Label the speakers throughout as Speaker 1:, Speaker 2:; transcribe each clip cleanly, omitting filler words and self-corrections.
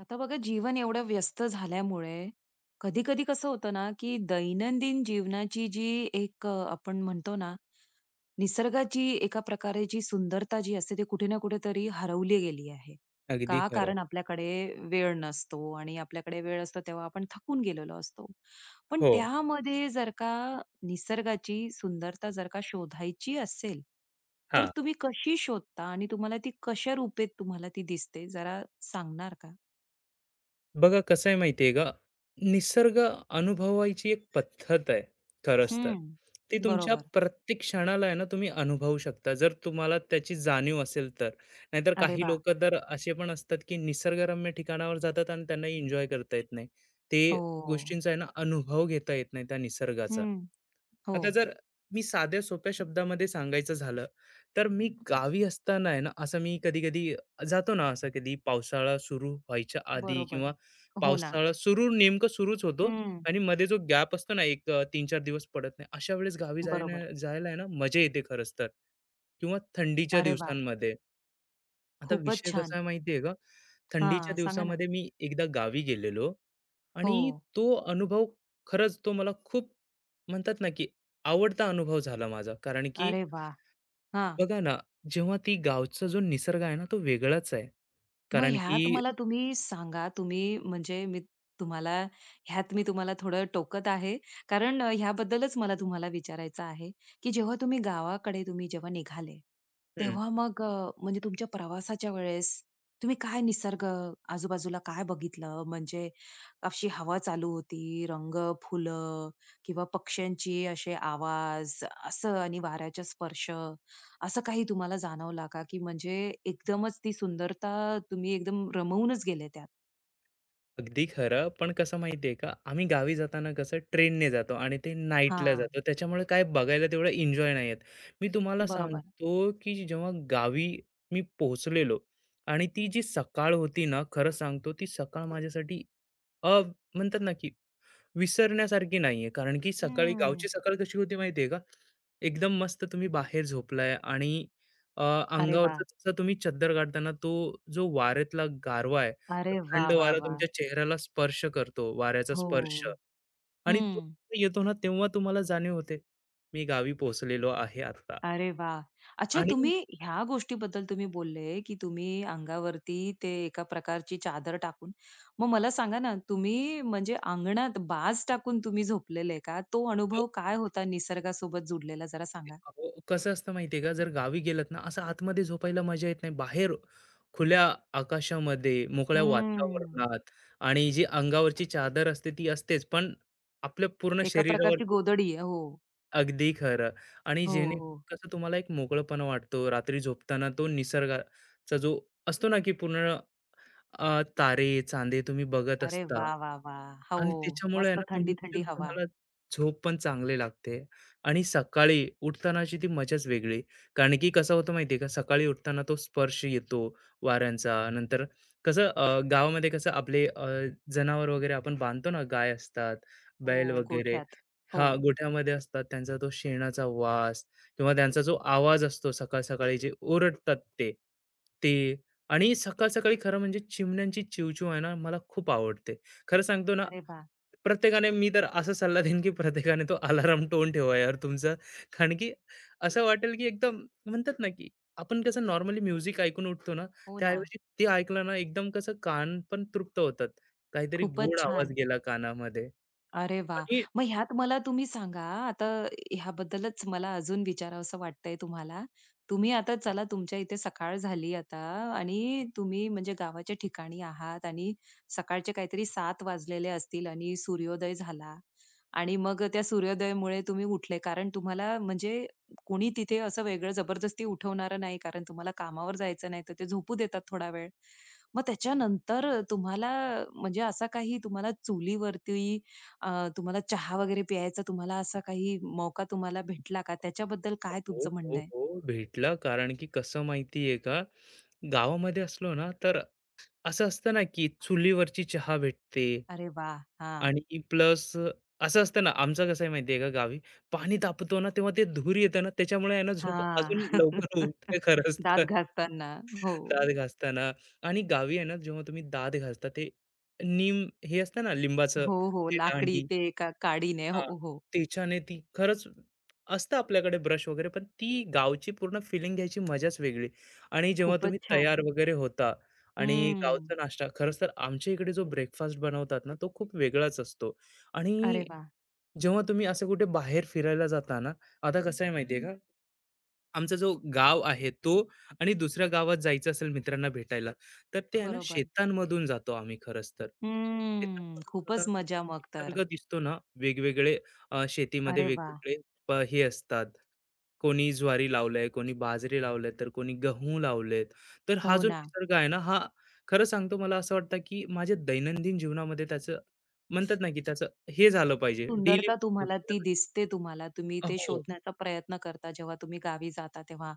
Speaker 1: आता बघा जीवन एवढं व्यस्त झाल्यामुळे कधी कधी कसं होतं ना की दैनंदिन जीवनाची जी एक आपण म्हणतो ना निसर्गाची एका प्रकारे जी सुंदरता जी असते ती कुठे ना कुठेतरी हरवली गेली आहे
Speaker 2: अगदी
Speaker 1: का?
Speaker 2: खरं.
Speaker 1: कारण आपल्याकडे वेळ नसतो आणि आपल्याकडे वेळ असतो तेव्हा आपण थकून गेलेलो असतो. पण
Speaker 2: हो.
Speaker 1: त्यामध्ये जर का निसर्गाची सुंदरता जर का शोधायची असेल तर
Speaker 2: हां.
Speaker 1: तुम्ही कशी शोधता आणि तुम्हाला ती कशा रूपेत तुम्हाला ती दिसते जरा सांगणार का?
Speaker 2: बघा कसं आहे माहिती आहे का? निसर्ग अनुभवायची एक पद्धत आहे खरंच तर.
Speaker 1: हं.
Speaker 2: ती तुमच्या
Speaker 1: बरोबर.
Speaker 2: प्रत्येक क्षणाला आहे ना तुम्ही अनुभवू शकता जर तुम्हाला त्याची जाणीव असेल तर. नाहीतर
Speaker 1: अरे
Speaker 2: काही
Speaker 1: वा.
Speaker 2: लोकं तर असे पण असतात की निसर्गरम्य ठिकाणावर जातात आणि त्यांना एन्जॉय करता येत नाही. ते
Speaker 1: हो.
Speaker 2: गोष्टींचा आहे ना अनुभव घेता येत नाही त्या निसर्गाचा.
Speaker 1: हं. हो.
Speaker 2: आता जर मी साध्या सोप्या शब्दामध्ये सांगायचं झालं, तर मी गावी असताना आहे ना असं मी कधी-कधी जातो ना असं कधी पावसाळा सुरू व्हायच्या आधी
Speaker 1: बरोबर.
Speaker 2: किंवा
Speaker 1: हो ना.
Speaker 2: पावसाळा नेमकं सुरूच होतो
Speaker 1: हं.
Speaker 2: आणि मध्ये जो गॅप असतो ना, 3-4 दिवस पडत नाही. अशा वेळेस गावी
Speaker 1: बरोबर.
Speaker 2: जायला आहे ना, मजा येते खरंच तर किंवा थंडीच्या
Speaker 1: अरे वा.
Speaker 2: दिवसांमध्ये. आता
Speaker 1: खूपच
Speaker 2: विषय
Speaker 1: छान.
Speaker 2: कसा आहे माहिती आहे का? थंडीच्या
Speaker 1: हां, सांगा ना.
Speaker 2: दिवसामध्ये मी एकदा गावी गेलेलो आणि
Speaker 1: हो.
Speaker 2: तो अनुभव खरंच तो मला खूप म्हणतात ना, की आवडता अनुभव झाला माझा. कारण की
Speaker 1: अरे वा. हां.
Speaker 2: बघा ना, जेव्हा ती गावचा जो निसर्ग आहे ना, तो वेगळाच आहे.
Speaker 1: मग
Speaker 2: कारण की
Speaker 1: ह्यात मला तुम्ही सांगा, तुम्ही म्हणजे मी तुम्हाला ह्यात मी तुम्हाला थोडं टोकत आहे. कारण ह्याबद्दलच मला तुम्हाला विचारायचं आहे, की जेव्हा तुम्ही गावाकडे तुम्ही जेव्हा निघाले, तेव्हा मग म्हणजे तुमच्या प्रवासाच्या वेळेस तुम्ही काय निसर्ग आजूबाजूला काय बघितलं? म्हणजे अशी हवा चालू होती, रंग, फुलं किंवा पक्ष्यांची असे आवाज असं आणि वाऱ्याचा स्पर्श असं काही तुम्हाला जाणवला का, की म्हणजे एकदमच ती सुंदरता तुम्ही एकदम रमवूनच गेले त्यात?
Speaker 2: अगदी खरं. पण कसं माहिती का, आम्ही गावी जाताना कसं ट्रेनने जातो आणि ते नाईटला
Speaker 1: हां.
Speaker 2: जातो. त्याच्यामुळे काय बघायला तेवढं एन्जॉय नाही येत. मी तुम्हाला
Speaker 1: बरोबर.
Speaker 2: सांगतो, की जेव्हा गावी मी पोहोचलेलो आणि ती जी सकाळ होती ना, खरं सांगतो ती सकाळ माझ्यासाठी अ, म्हणतात ना, की विसरण्यासारखी नाहीये, कारण की सकाळी
Speaker 1: हं.
Speaker 2: गावची सकाळ कशी होती माहिती का? एकदम मस्त तुम्ही बाहेर झोपलाय आणि
Speaker 1: अरे
Speaker 2: अंगावरचा
Speaker 1: वाह!
Speaker 2: जसा तुम्ही चद्दर काढताना तो जो वाऱ्यातला गारवा आहे, तो
Speaker 1: अरे वाह,
Speaker 2: थंड
Speaker 1: वाह,
Speaker 2: वारा
Speaker 1: वाह!
Speaker 2: तुमच्या चेहऱ्याला स्पर्श करतो, वाऱ्याचा स्पर्श
Speaker 1: हो.
Speaker 2: आणि तो
Speaker 1: हं.
Speaker 2: येतो ना, तेव्हा तुम्हाला जाणीव होते, मी गावी पोहोचलेलो आहे आता
Speaker 1: अरे वाह! अच्छा,
Speaker 2: आणि
Speaker 1: तुम्ही ह्या गोष्टीबद्दल तुम्ही बोलले, की तुम्ही अंगावरती ते एका प्रकारची चादर टाकून. मग मला सांगा ना, तुम्ही म्हणजे अंगणात बाज टाकून तुम्ही झोपलेले का? तो अनुभव काय होता निसर्गासोबत जुडलेला जरा सांगा?
Speaker 2: अहो, कसं असतं माहितीये का जर गावी गेलत ना असं आतमध्ये झोपायला मजा येत नाही बाहेर खुल्या आकाशामध्ये मोकळ्या
Speaker 1: हम्म.
Speaker 2: वातावरणात आणि जी अंगावरची चादर असते ती असतेच पण आपल्या पूर्ण
Speaker 1: एका
Speaker 2: शरीरावर
Speaker 1: प्रकारची गोदडी आहे. हो.
Speaker 2: अगदी खरं आणि
Speaker 1: हो,
Speaker 2: जेणे
Speaker 1: हो.
Speaker 2: कसं तुम्हाला एक मोकळपणा वाटतो रात्री झोपताना तो निसर्गाचा जो असतो ना की पूर्ण तारे, चांदे तुम्ही बघत
Speaker 1: अरे
Speaker 2: असता
Speaker 1: वा, वा, वा. हो.
Speaker 2: आणि त्याच्यामुळे आहे
Speaker 1: मस्त
Speaker 2: ना तुमची
Speaker 1: थंडी-थंडी हवा.
Speaker 2: तुम्हाला झोप पण चांगली लागते आणि सकाळी उठतानाची ती मजाच वेगळी. कारण की कसं होतं माहिती आहे का, सकाळी उठताना तो स्पर्श येतो वाऱ्यांचा. नंतर कसं गावामध्ये कसं आपले जनावर वगैरे आपण बांधतो ना, गाय असतात,
Speaker 1: हो.
Speaker 2: बैल वगैरे
Speaker 1: गोठ्यात. हो.
Speaker 2: हां, गोठ्यामध्ये असतात. त्यांचा तो शेणाचा वास किंवा त्यांचा जो आवाज असतो सकाळ-सकाळी जे ओरडतात ते, ते आणि सकाळ-सकाळी खरं म्हणजे चिमण्यांची चिवचिव आहे ना, मला खूप आवडते. खरं सांगतो ना,
Speaker 1: अरे वा.
Speaker 2: प्रत्येकाने मी तर असा सल्ला देईन, की प्रत्येकाने तो अलार्म टोन ठेवा यार तुमचा. कारण की असं वाटेल, की एकदम म्हणतात ना, की आपण कसं नॉर्मली म्युझिक ऐकून उठतो ना,
Speaker 1: हो ना.
Speaker 2: त्याऐवजी ते ऐकलं ना, एकदम कसं कान पण तृप्त होतात. काहीतरी गोड
Speaker 1: खूपच
Speaker 2: आवाज
Speaker 1: छान.
Speaker 2: गेला कानामध्ये.
Speaker 1: अरे वाह!
Speaker 2: आणि
Speaker 1: मग ह्यात मला तुम्ही सांगा, आता ह्याबद्दलच मला अजून विचारावसं वाटतंय तुम्हाला. तुम्ही आता चला तुमच्या इथे सकाळ झाली आता आणि तुम्ही म्हणजे गावाच्या ठिकाणी आहात आणि सकाळचे काहीतरी 7 वाजलेले असतील आणि सूर्योदय झाला आणि मग त्या सूर्योदयामुळे तुम्ही उठले. कारण तुम्हाला म्हणजे कोणी तिथे असं वेगळं जबरदस्ती उठवणारं नाही, कारण तुम्हाला कामावर जायचं नाही, तर ते झोपू देतात थोडा वेळ. मग त्याच्यानंतर तुम्हाला म्हणजे असा काही तुम्हाला चुलीवरती तुम्हाला चहा वगैरे प्यायचा तुम्हाला असा काही मौका तुम्हाला भेटला का? त्याच्याबद्दल काय
Speaker 2: हो,
Speaker 1: तुमचं
Speaker 2: हो,
Speaker 1: म्हणणं आहे?
Speaker 2: हो, भेटला. कारण की कसं माहिती का, गावामध्ये असलो ना, तर असं असतं ना, की चुलीवरची चहा भेटते
Speaker 1: अरे वाह! हां.
Speaker 2: आणि प्लस असं असतं ना, आमचं कसं आहे माहिती का गावी, पाणी तापतो ना, तेव्हा ते धूर येतं ना, त्याच्यामुळे आहे ना झोप
Speaker 1: हां.
Speaker 2: अजून लवकर उठते खरंच
Speaker 1: दात
Speaker 2: तर
Speaker 1: घासताना. हो.
Speaker 2: दात घासताना आणि गावी आहे ना, जेव्हा तुम्ही दात घासता ते नीम हे असतं ना लिंबाचं
Speaker 1: हो, हो.
Speaker 2: ते
Speaker 1: लाकडी
Speaker 2: दांडी
Speaker 1: ते एका काडीने. हो,
Speaker 2: हां,
Speaker 1: हो.
Speaker 2: तिच्याने ती खरंच असतं आपल्याकडे ब्रश वगैरे, पण ती गावची पूर्ण फिलिंग घ्यायची मजाच वेगळी आणि जेव्हा तुम्ही
Speaker 1: खूपच छान.
Speaker 2: तयार वगैरे होता आणि गावचा
Speaker 1: हम्म.
Speaker 2: नाश्ता खरंच तर आमच्या इकडे जो ब्रेकफास्ट बनवतात ना, तो खूप वेगळाच असतो
Speaker 1: अरे
Speaker 2: आणि
Speaker 1: वाह!
Speaker 2: जेव्हा तुम्ही असं कुठे बाहेर फिरायला जाता ना, आता कसं आहे माहिती का आमचा जो गाव आहे तो आणि दुसऱ्या गावात जायचं असेल मित्रांना भेटायला, तर ते आहे ना
Speaker 1: बरोबर.
Speaker 2: शेतांमधून जातो आम्ही खरंच तर.
Speaker 1: हम्म.
Speaker 2: शेतांमधून जाताना
Speaker 1: खूपच
Speaker 2: तो
Speaker 1: मजा मग तर.
Speaker 2: निसर्ग दिसतो ना, वेगवेगळे शेतीमध्ये
Speaker 1: अरे वाह!
Speaker 2: वेगवेगळे हे असतात. कोणी ज्वारी लावलंय, कोणी बाजरी लावलंय, तर कोणी गहू लावलेत. तर
Speaker 1: हो
Speaker 2: हा जो
Speaker 1: ना.
Speaker 2: निसर्ग आहे ना, हा खरं सांगतो मला असं वाटतं, की माझ्या दैनंदिन जीवनामध्ये त्याचं म्हणतात ना, की त्याचं हे झालं पाहिजे डेली
Speaker 1: सुंदरता तुम्हाला ती दिसते तुम्हाला. तुम्ही ते
Speaker 2: हो.
Speaker 1: शोधण्याचा प्रयत्न करता जेव्हा तुम्ही गावी जाता तेव्हा.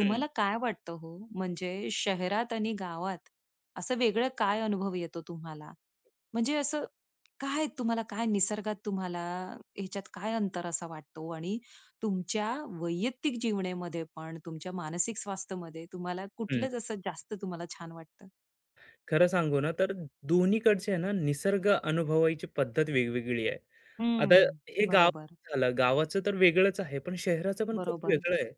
Speaker 2: हं,
Speaker 1: काय वाटतं हो, म्हणजे शहरात आणि गावात असं वेगळं काय अनुभव येतो तुम्हाला? म्हणजे असं काय तुम्हाला काय निसर्गात तुम्हाला ह्याच्यात काय अंतर असा वाटतो? आणि तुमच्या वैयक्तिक जीवनामध्ये पण तुमच्या मानसिक स्वास्थ्यामध्ये तुम्हाला
Speaker 2: हं.
Speaker 1: कुठलंच असं जास्त तुम्हाला छान वाटतं?
Speaker 2: खरं सांगू ना, तर दोन्हीकडचे आहे ना, निसर्ग अनुभवायची पद्धत वेगवेगळी आहे. आता
Speaker 1: हं.
Speaker 2: हे गाव
Speaker 1: बरोबर,
Speaker 2: झालं, गावाचं तर वेगळंच आहे, पण शहराचं पण खूप
Speaker 1: बरोबर.
Speaker 2: वेगळं आहे.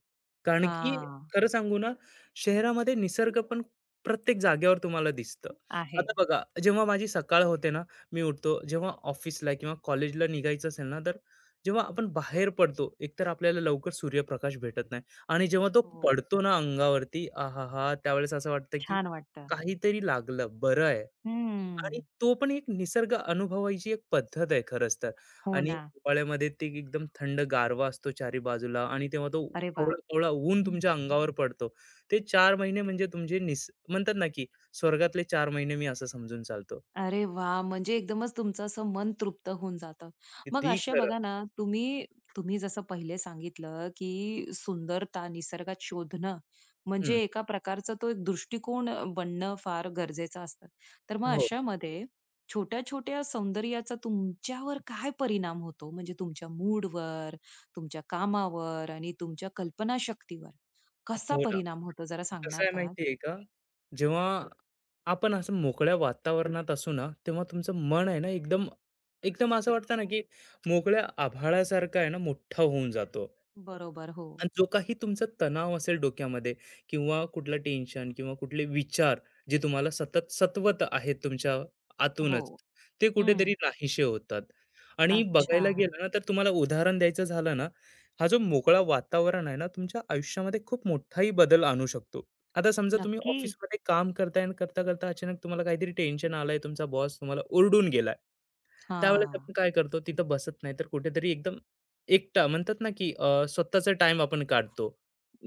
Speaker 2: कारण की
Speaker 1: हां.
Speaker 2: खरं सांगू ना, शहरामध्ये निसर्ग पण प्रत्येक जागेवर तुम्हाला दिसतं.
Speaker 1: आहे.
Speaker 2: आता बघा, जेव्हा माझी सकाळ होते ना, मी उठतो, जेव्हा ऑफिसला किंवा कॉलेजला निघायचं असेल ना, तर जेव्हा आपण बाहेर पडतो, एकतर आपल्याला लवकर सूर्यप्रकाश भेटत नाही आणि जेव्हा तो
Speaker 1: हो.
Speaker 2: पडतो ना अंगावरती, आहाहा! त्यावेळेस असं वाटतं की
Speaker 1: छान वाटतं.
Speaker 2: काहीतरी लागलं, बरं आहे. आणि
Speaker 1: हम्म.
Speaker 2: तो पण एक निसर्ग अनुभवायची एक पद्धत आहे खरंच तर.
Speaker 1: हो
Speaker 2: आणि
Speaker 1: ना.
Speaker 2: हिवाळ्यामध्ये ते एकदम थंड गारवा असतो चारी बाजूला आणि तेव्हा तो
Speaker 1: अरे वा.
Speaker 2: कवळा-कवळा ऊन तुमच्या अंगावर पडतो. ते चार महिने म्हणजे तुमचे म्हणतात ना, की स्वर्गातले 4 महिने मी असं समजून चालतो.
Speaker 1: अरे वा, म्हणजे एकदमच तुमचं असं मन तृप्त होऊन जातं. मग
Speaker 2: कितीही
Speaker 1: असे
Speaker 2: खरं.
Speaker 1: बघा ना, तुम्ही तुम्ही जसं पहिले सांगितलं, की सुंदरता निसर्गात शोधणं म्हणजे
Speaker 2: हं.
Speaker 1: एका प्रकारचा तो एक दृष्टिकोन बनणं फार गरजेचं असतं. तर मग
Speaker 2: हो.
Speaker 1: अशामध्ये छोट्या-छोट्या सौंदर्याचा तुमच्यावर काय परिणाम होतो? म्हणजे तुमच्या मूडवर, तुमच्या कामावर आणि तुमच्या कल्पनाशक्तीवर कसा
Speaker 2: हो ना.
Speaker 1: परिणाम होतो जरा
Speaker 2: कसं
Speaker 1: सांगणार
Speaker 2: आहे
Speaker 1: का?
Speaker 2: माहिती आहे का? जेव्हा आपण असं मोकळ्या वातावरणात असू ना, तेव्हा तुमचं मन आहे ना एकदम एकदम असं वाटतं ना, की मोकळ्या आभाळासारखं आहे ना मोठा होऊन जातो.
Speaker 1: बरोबर. हो.
Speaker 2: आणि जो काही तुमचा तणाव असेल डोक्यामध्ये किंवा कुठलं टेन्शन किंवा कुठले विचार जे तुम्हाला सतत सत्वत आहेत तुमच्या
Speaker 1: हो.
Speaker 2: आतूनच, ते कुठेतरी
Speaker 1: हं.
Speaker 2: नाहीसे होतात. आणि
Speaker 1: अच्छा.
Speaker 2: बघायला गेलं ना, तर तुम्हाला उदाहरण द्यायचं झालं ना, हा जो मोकळा वातावरण आहे ना, तुमच्या आयुष्यामध्ये खूप मोठाही बदल आणू शकतो. आता समजा तुम्ही
Speaker 1: नक्की?
Speaker 2: ऑफिसमध्ये काम करताय आणि करता-करता अचानक तुम्हाला काहीतरी टेन्शन आलंय, तुमचा बॉस तुम्हाला ओरडून गेलाय. त्यावेळेस
Speaker 1: हां.
Speaker 2: आपण काय करतो तिथं बसत नाही तर कुठेतरी एकदम एकटा म्हणतात ना की स्वतःचा टाइम आपण काढतो.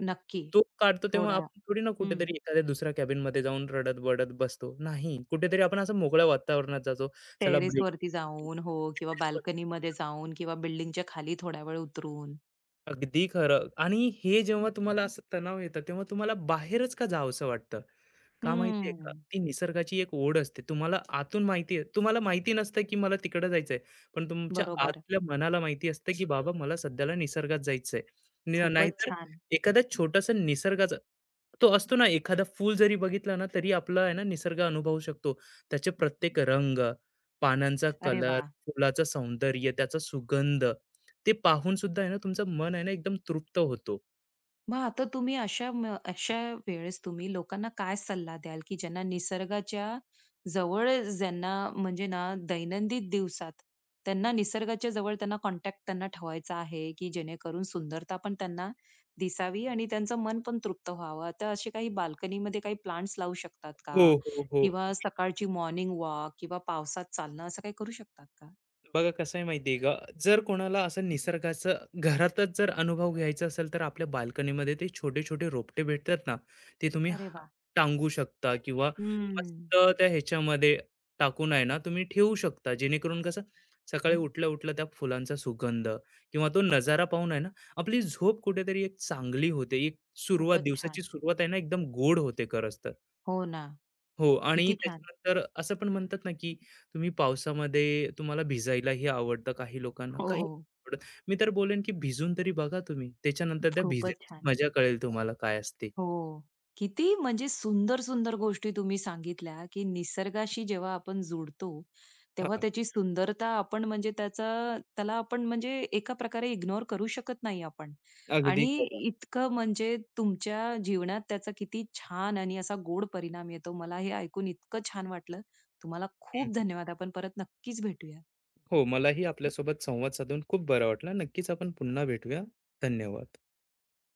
Speaker 1: नक्की.
Speaker 2: तो काढतो तेव्हा
Speaker 1: थोडा
Speaker 2: आपण थोडी ना
Speaker 1: हं.
Speaker 2: कुठेतरी एखाद्या दुसऱ्या कॅबिनमध्ये जाऊन रडत-बडत बसतो. नाही, कुठेतरी आपण असं मोकळ्या वातावरणात जातो. चला ब्रेक
Speaker 1: टेरेसवरती जाऊन, हो, किंवा बाल्कनीमध्ये जाऊन किंवा बिल्डिंगच्या खाली थोडा वेळ उतरून.
Speaker 2: अगदी खरं आणि हे जेव्हा तुम्हाला असं तणाव येतं, तेव्हा तुम्हाला बाहेरच का जावसं वाटतं? का माहितीये का?
Speaker 1: हं.
Speaker 2: ती निसर्गाची एक ओढ असते. तुम्हाला आतून माहिती आहे. तुम्हाला माहिती नसतं की मला तिकडं जायचंय. पण तुमच्या
Speaker 1: बरोबर.
Speaker 2: आतल्या मनाला माहिती असतं की बाबा मला सध्याला निसर्गात जायचंय.
Speaker 1: खूपच
Speaker 2: नाहीतर
Speaker 1: छान.
Speaker 2: एखादा छोटासा निसर्गाचा तो असतो ना, एखादा फूल जरी बघितला ना, तरी आपला आहे ना निसर्ग अनुभवू शकतो. त्याचे प्रत्येक रंग, पानांचा
Speaker 1: अरे
Speaker 2: कलर,
Speaker 1: वाह!
Speaker 2: फुलाचं सौंदर्य, त्याचा सुगंध, ते पाहून सुद्धा आहे ना तुमचं मन आहे ना एकदम तृप्त होतो.
Speaker 1: मग आता तुम्ही अशा वेळेस तुम्ही लोकांना काय सल्ला द्याल की ज्यांना निसर्गाच्या जवळ ज्यांना म्हणजे ना दैनंदिन दिवसात त्यांना निसर्गाच्या जवळ त्यांना कॉन्टॅक्ट त्यांना ठेवायचा आहे की जेणेकरून सुंदरता पण त्यांना दिसावी आणि त्यांचं मन पण तृप्त व्हावं, तर असे काही बाल्कनीमध्ये काही प्लांट्स लावू शकतात का,
Speaker 2: हो, हो, हो.
Speaker 1: किंवा सकाळची मॉर्निंग वॉक किंवा पावसात चालणं असं काही करू शकतात का?
Speaker 2: बघा कसं आहे माहिती का जर कोणाला असं निसर्गाचं घरातच जर अनुभव घ्यायचा असेल तर आपल्या बाल्कनीमध्ये ते छोटे छोटे रोपटे भेटतात ना ते तुम्ही
Speaker 1: अरे वा.
Speaker 2: टांगू शकता किंवा
Speaker 1: हम्म.
Speaker 2: मस्त त्या ह्याच्यामध्ये टाकून आहे ना तुम्ही ठेवू शकता जेणेकरून कसं सकाळी उठल्या उठल्या त्या फुलांचा सुगंध किंवा तो नजारा पाहून आहे ना आपली झोप कुठेतरी एक चांगली होते एक
Speaker 1: खूपच छान.
Speaker 2: दिवसाची सुरुवात आहे ना एकदम गोड होते खरंच तर
Speaker 1: हो ना.
Speaker 2: हो आणि
Speaker 1: किती छान.
Speaker 2: त्याच्यानंतर असं पण म्हणतात ना, की तुम्ही पावसामध्ये तुम्हाला भिजायलाही आवडतं काही लोकांना,
Speaker 1: हो,
Speaker 2: काही
Speaker 1: हो.
Speaker 2: आवडत. मी तर बोलेन, की भिजून तरी बघा तुम्ही. त्याच्यानंतर त्या
Speaker 1: खूपच
Speaker 2: भिजण्याची
Speaker 1: छान.
Speaker 2: मजा कळेल तुम्हाला काय असते.
Speaker 1: हो. किती म्हणजे सुंदर, सुंदर गोष्टी तुम्ही सांगितल्या, की निसर्गाशी जेव्हा आपण जुडतो, तेव्हा
Speaker 2: हां,
Speaker 1: त्याची सुंदरता आपण म्हणजे त्याचा त्याला आपण म्हणजे एका प्रकारे इग्नोर करू शकत नाही आपण.
Speaker 2: अगदी
Speaker 1: आणि
Speaker 2: खरं.
Speaker 1: इतकं म्हणजे तुमच्या जीवनात त्याचा किती छान आणि असा गोड परिणाम येतो. मला हे ऐकून इतकं छान वाटलं. तुम्हाला
Speaker 2: हं.
Speaker 1: खूप धन्यवाद. आपण परत नक्कीच भेटूया.
Speaker 2: हो, मलाही आपल्यासोबत संवाद साधून खूप बरं वाटलं. नक्कीच आपण पुन्हा भेटूया. धन्यवाद.